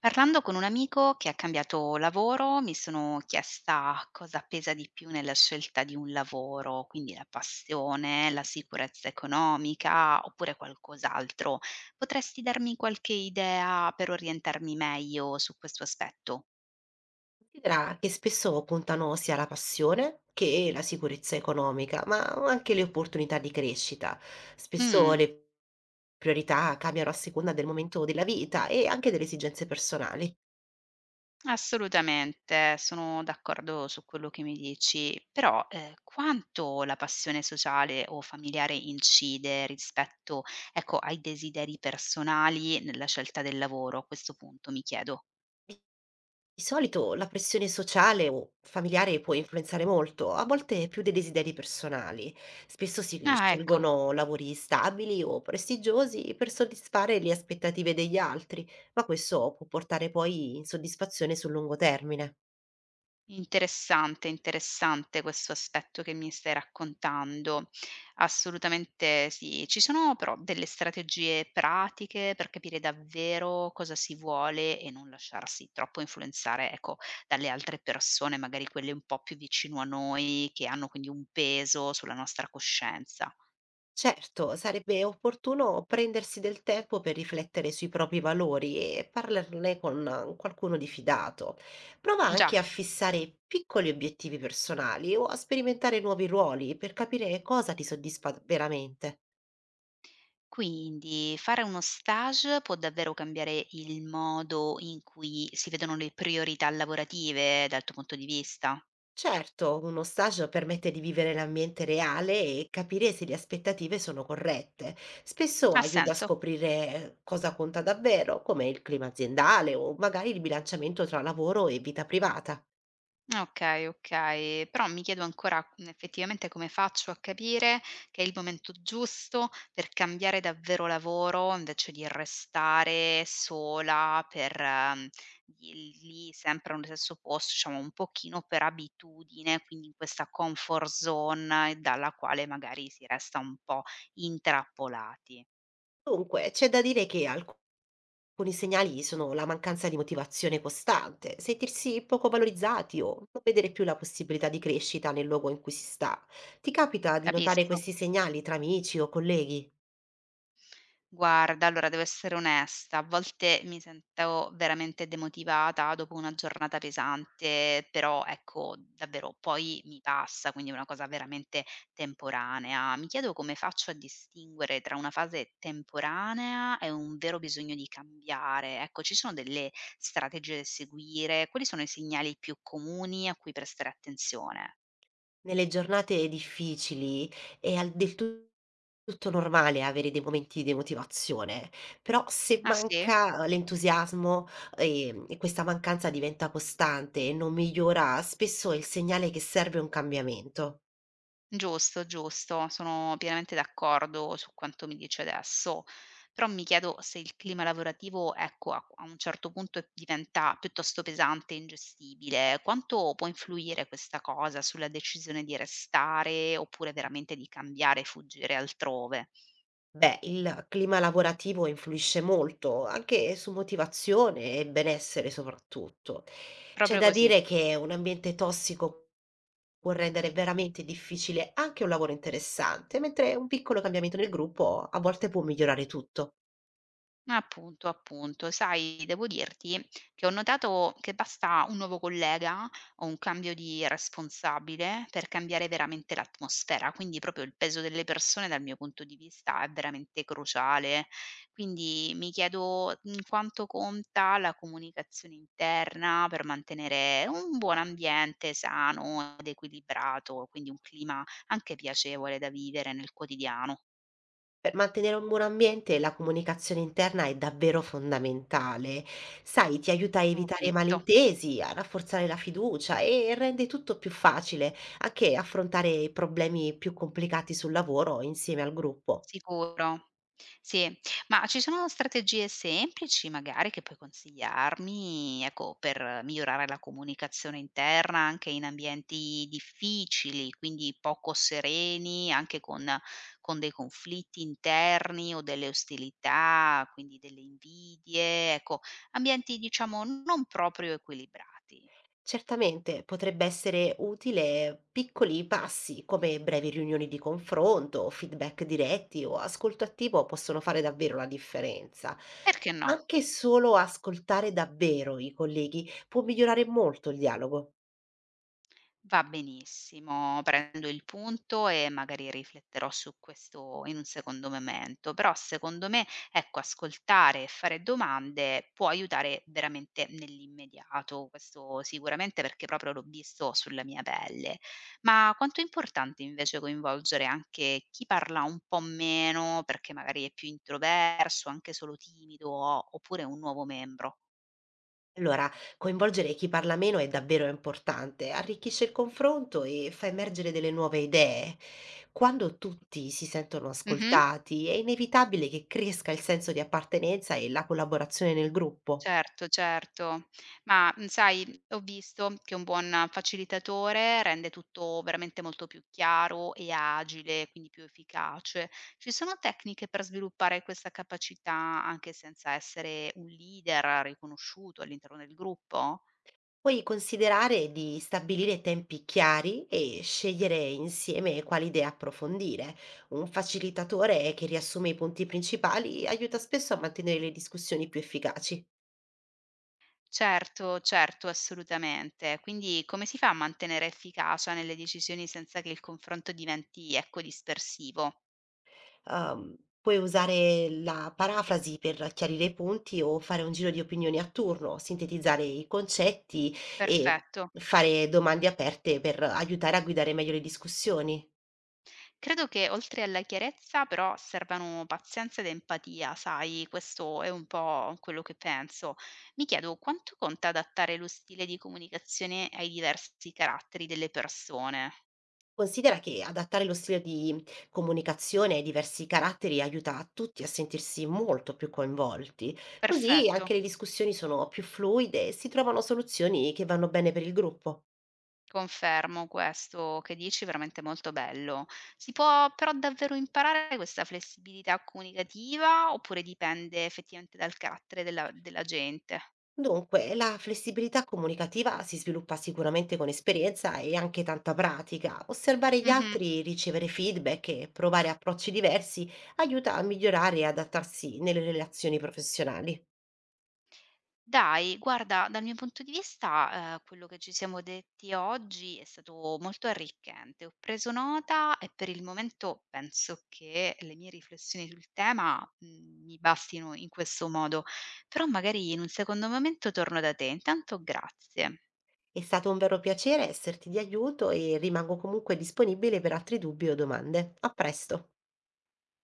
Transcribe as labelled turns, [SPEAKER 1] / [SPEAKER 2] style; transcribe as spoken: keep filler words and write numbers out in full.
[SPEAKER 1] Parlando con un amico che ha cambiato lavoro, mi sono chiesta cosa pesa di più nella scelta di un lavoro, quindi la passione, la sicurezza economica oppure qualcos'altro. Potresti darmi qualche idea per orientarmi meglio su questo aspetto?
[SPEAKER 2] Considera che spesso puntano sia alla passione che la sicurezza economica, ma anche le opportunità di crescita. Spesso
[SPEAKER 1] Mm.
[SPEAKER 2] le priorità cambiano a seconda del momento della vita e anche delle esigenze personali.
[SPEAKER 1] Assolutamente, sono d'accordo su quello che mi dici, però, ehm, quanto la passione sociale o familiare incide rispetto, ecco, ai desideri personali nella scelta del lavoro? A questo punto mi chiedo.
[SPEAKER 2] Di solito la pressione sociale o familiare può influenzare molto, a volte più dei desideri personali. Spesso si
[SPEAKER 1] Ah, ecco.
[SPEAKER 2] scelgono lavori stabili o prestigiosi per soddisfare le aspettative degli altri, ma questo può portare poi insoddisfazione sul lungo termine.
[SPEAKER 1] Interessante, interessante questo aspetto che mi stai raccontando. Assolutamente sì. Ci sono però delle strategie pratiche per capire davvero cosa si vuole e non lasciarsi troppo influenzare, ecco, dalle altre persone, magari quelle un po' più vicino a noi, che hanno quindi un peso sulla nostra coscienza.
[SPEAKER 2] Certo, sarebbe opportuno prendersi del tempo per riflettere sui propri valori e parlarne con eh, qualcuno di fidato. Prova
[SPEAKER 1] Già.
[SPEAKER 2] anche a fissare piccoli obiettivi personali o a sperimentare nuovi ruoli per capire cosa ti soddisfa veramente.
[SPEAKER 1] Quindi fare uno stage può davvero cambiare il modo in cui si vedono le priorità lavorative dal tuo punto di vista?
[SPEAKER 2] Certo, uno stage permette di vivere l'ambiente reale e capire se le aspettative sono corrette. Spesso
[SPEAKER 1] Ha
[SPEAKER 2] aiuta a
[SPEAKER 1] senso.
[SPEAKER 2] scoprire cosa conta davvero, come il clima aziendale o magari il bilanciamento tra lavoro e vita privata.
[SPEAKER 1] Okay, okay. Però mi chiedo ancora, mhmm, effettivamente come faccio a capire che è il momento giusto per cambiare davvero lavoro, invece di restare sola per, mhmm, di lì sempre nello stesso posto, diciamo un pochino per abitudine, quindi in questa comfort zone e dalla quale magari si resta un po' intrappolati.
[SPEAKER 2] Dunque, c'è da dire che alcuni segnali sono la mancanza di motivazione costante, sentirsi poco valorizzati o non vedere più la possibilità di crescita nel luogo in cui si sta. Ti capita di notare
[SPEAKER 1] Capisco.
[SPEAKER 2] questi segnali tra amici o colleghi?
[SPEAKER 1] Guarda, allora devo essere onesta, a volte mi sento veramente demotivata dopo una giornata pesante, però ecco, davvero poi mi passa, quindi è una cosa veramente temporanea. Mi chiedo come faccio a distinguere tra una fase temporanea e un vero bisogno di cambiare. Ecco, ci sono delle strategie da seguire? Quali sono i segnali più comuni a cui prestare attenzione?
[SPEAKER 2] Nelle giornate difficili è al- del tu- tutto normale avere dei momenti di motivazione, però se
[SPEAKER 1] Ah sì?
[SPEAKER 2] manca eh, l'entusiasmo eh, e questa mancanza diventa costante e non migliora, spesso è il segnale che serve un cambiamento.
[SPEAKER 1] Giusto, giusto, sono pienamente d'accordo su quanto mi dici adesso, però mi chiedo se il clima lavorativo, ecco, a a un certo punto e diventa piuttosto pesante e ingestibile, quanto può influire questa cosa sulla decisione di restare oppure veramente di cambiare e fuggire altrove?
[SPEAKER 2] Beh, il clima lavorativo influisce molto, anche su motivazione e benessere soprattutto. C'è
[SPEAKER 1] Proprio
[SPEAKER 2] da
[SPEAKER 1] così.
[SPEAKER 2] dire che un ambiente tossico può rendere veramente difficile anche un lavoro interessante, mentre un piccolo cambiamento nel gruppo a volte può migliorare tutto.
[SPEAKER 1] Appunto, appunto. Sai, devo dirti che ho notato che basta un nuovo collega o un cambio di responsabile per cambiare veramente l'atmosfera, quindi proprio il peso delle persone dal mio punto di vista è veramente cruciale. Quindi mi chiedo, mm, quanto conta la comunicazione interna per mantenere un buon ambiente sano ed equilibrato, quindi un clima anche piacevole da vivere nel quotidiano.
[SPEAKER 2] Per mantenere un buon ambiente la comunicazione interna è davvero fondamentale. Sai, ti aiuta a
[SPEAKER 1] Ho
[SPEAKER 2] evitare
[SPEAKER 1] visto.
[SPEAKER 2] malintesi, a rafforzare la fiducia e rende tutto più facile, anche affrontare problemi più complicati sul lavoro insieme al gruppo.
[SPEAKER 1] Sicuro. Sì. Ma ci sono strategie semplici magari che puoi consigliarmi, ecco, per migliorare la comunicazione interna anche in ambienti difficili, quindi poco sereni, anche con con dei conflitti interni o delle ostilità, quindi delle invidie, ecco, ambienti diciamo non proprio equilibrati.
[SPEAKER 2] Certamente potrebbe essere utile piccoli passi come brevi riunioni di confronto, feedback diretti o ascolto attivo possono fare davvero la differenza.
[SPEAKER 1] Perché no?
[SPEAKER 2] Anche solo ascoltare davvero i colleghi può migliorare molto il dialogo.
[SPEAKER 1] Va benissimo, prendo il punto e magari rifletterò su questo in un secondo momento, però secondo me, ecco, ascoltare e fare domande può aiutare veramente nell'immediato, questo sicuramente perché proprio l'ho visto sulla mia pelle. Ma quanto è importante invece coinvolgere anche chi parla un po' meno, perché magari è più introverso, anche solo timido, o- oppure un nuovo membro?
[SPEAKER 2] Allora, coinvolgere chi parla meno è davvero importante, arricchisce il confronto e fa emergere delle nuove idee. Quando tutti si sentono ascoltati, è inevitabile che cresca il senso di appartenenza e la collaborazione nel gruppo.
[SPEAKER 1] Certo, certo. Ma, mhmm, sai, ho visto che un buon facilitatore rende tutto veramente molto più chiaro e agile, quindi più efficace. Ci sono tecniche per sviluppare questa capacità anche senza essere un leader riconosciuto all'interno del gruppo?
[SPEAKER 2] Puoi considerare di stabilire tempi chiari e scegliere insieme quali idee approfondire. Un facilitatore che riassume i punti principali aiuta spesso a mantenere le discussioni più efficaci.
[SPEAKER 1] Certo, certo, assolutamente. Quindi come si fa a mantenere efficacia nelle decisioni senza che il confronto diventi, ecco, dispersivo?
[SPEAKER 2] Ehm, puoi usare la parafrasi per chiarire i punti o fare un giro di opinioni a turno, sintetizzare i concetti e
[SPEAKER 1] Perfetto.
[SPEAKER 2] fare domande aperte per aiutare a guidare meglio le discussioni.
[SPEAKER 1] Credo che oltre alla chiarezza però servano pazienza ed empatia, sai, questo è un po' quello che penso. Mi chiedo quanto conta adattare lo stile di comunicazione ai diversi caratteri delle persone.
[SPEAKER 2] Considera che adattare lo stile di comunicazione ai diversi caratteri aiuta tutti a sentirsi molto più coinvolti, così anche
[SPEAKER 1] Perfetto,
[SPEAKER 2] le discussioni sono più fluide e si trovano soluzioni che vanno bene per il gruppo.
[SPEAKER 1] confermo questo che dici, veramente molto bello. Si può però davvero imparare questa flessibilità comunicativa oppure dipende effettivamente dal carattere della, della gente?
[SPEAKER 2] Dunque, la flessibilità comunicativa si sviluppa sicuramente con esperienza e anche tanta pratica. Osservare gli
[SPEAKER 1] Mhm.
[SPEAKER 2] altri, ricevere feedback e provare approcci diversi aiuta a migliorare e adattarsi nelle relazioni professionali.
[SPEAKER 1] Dai, guarda, dal mio punto di vista, ehm, quello che ci siamo detti oggi è stato molto arricchente. Ho preso nota e per il momento penso che le mie riflessioni sul tema, mhmm, mi bastino in questo modo, però magari in un secondo momento torno da te. Intanto grazie.
[SPEAKER 2] È stato un vero piacere esserti di aiuto e rimango comunque disponibile per altri dubbi o domande. A presto.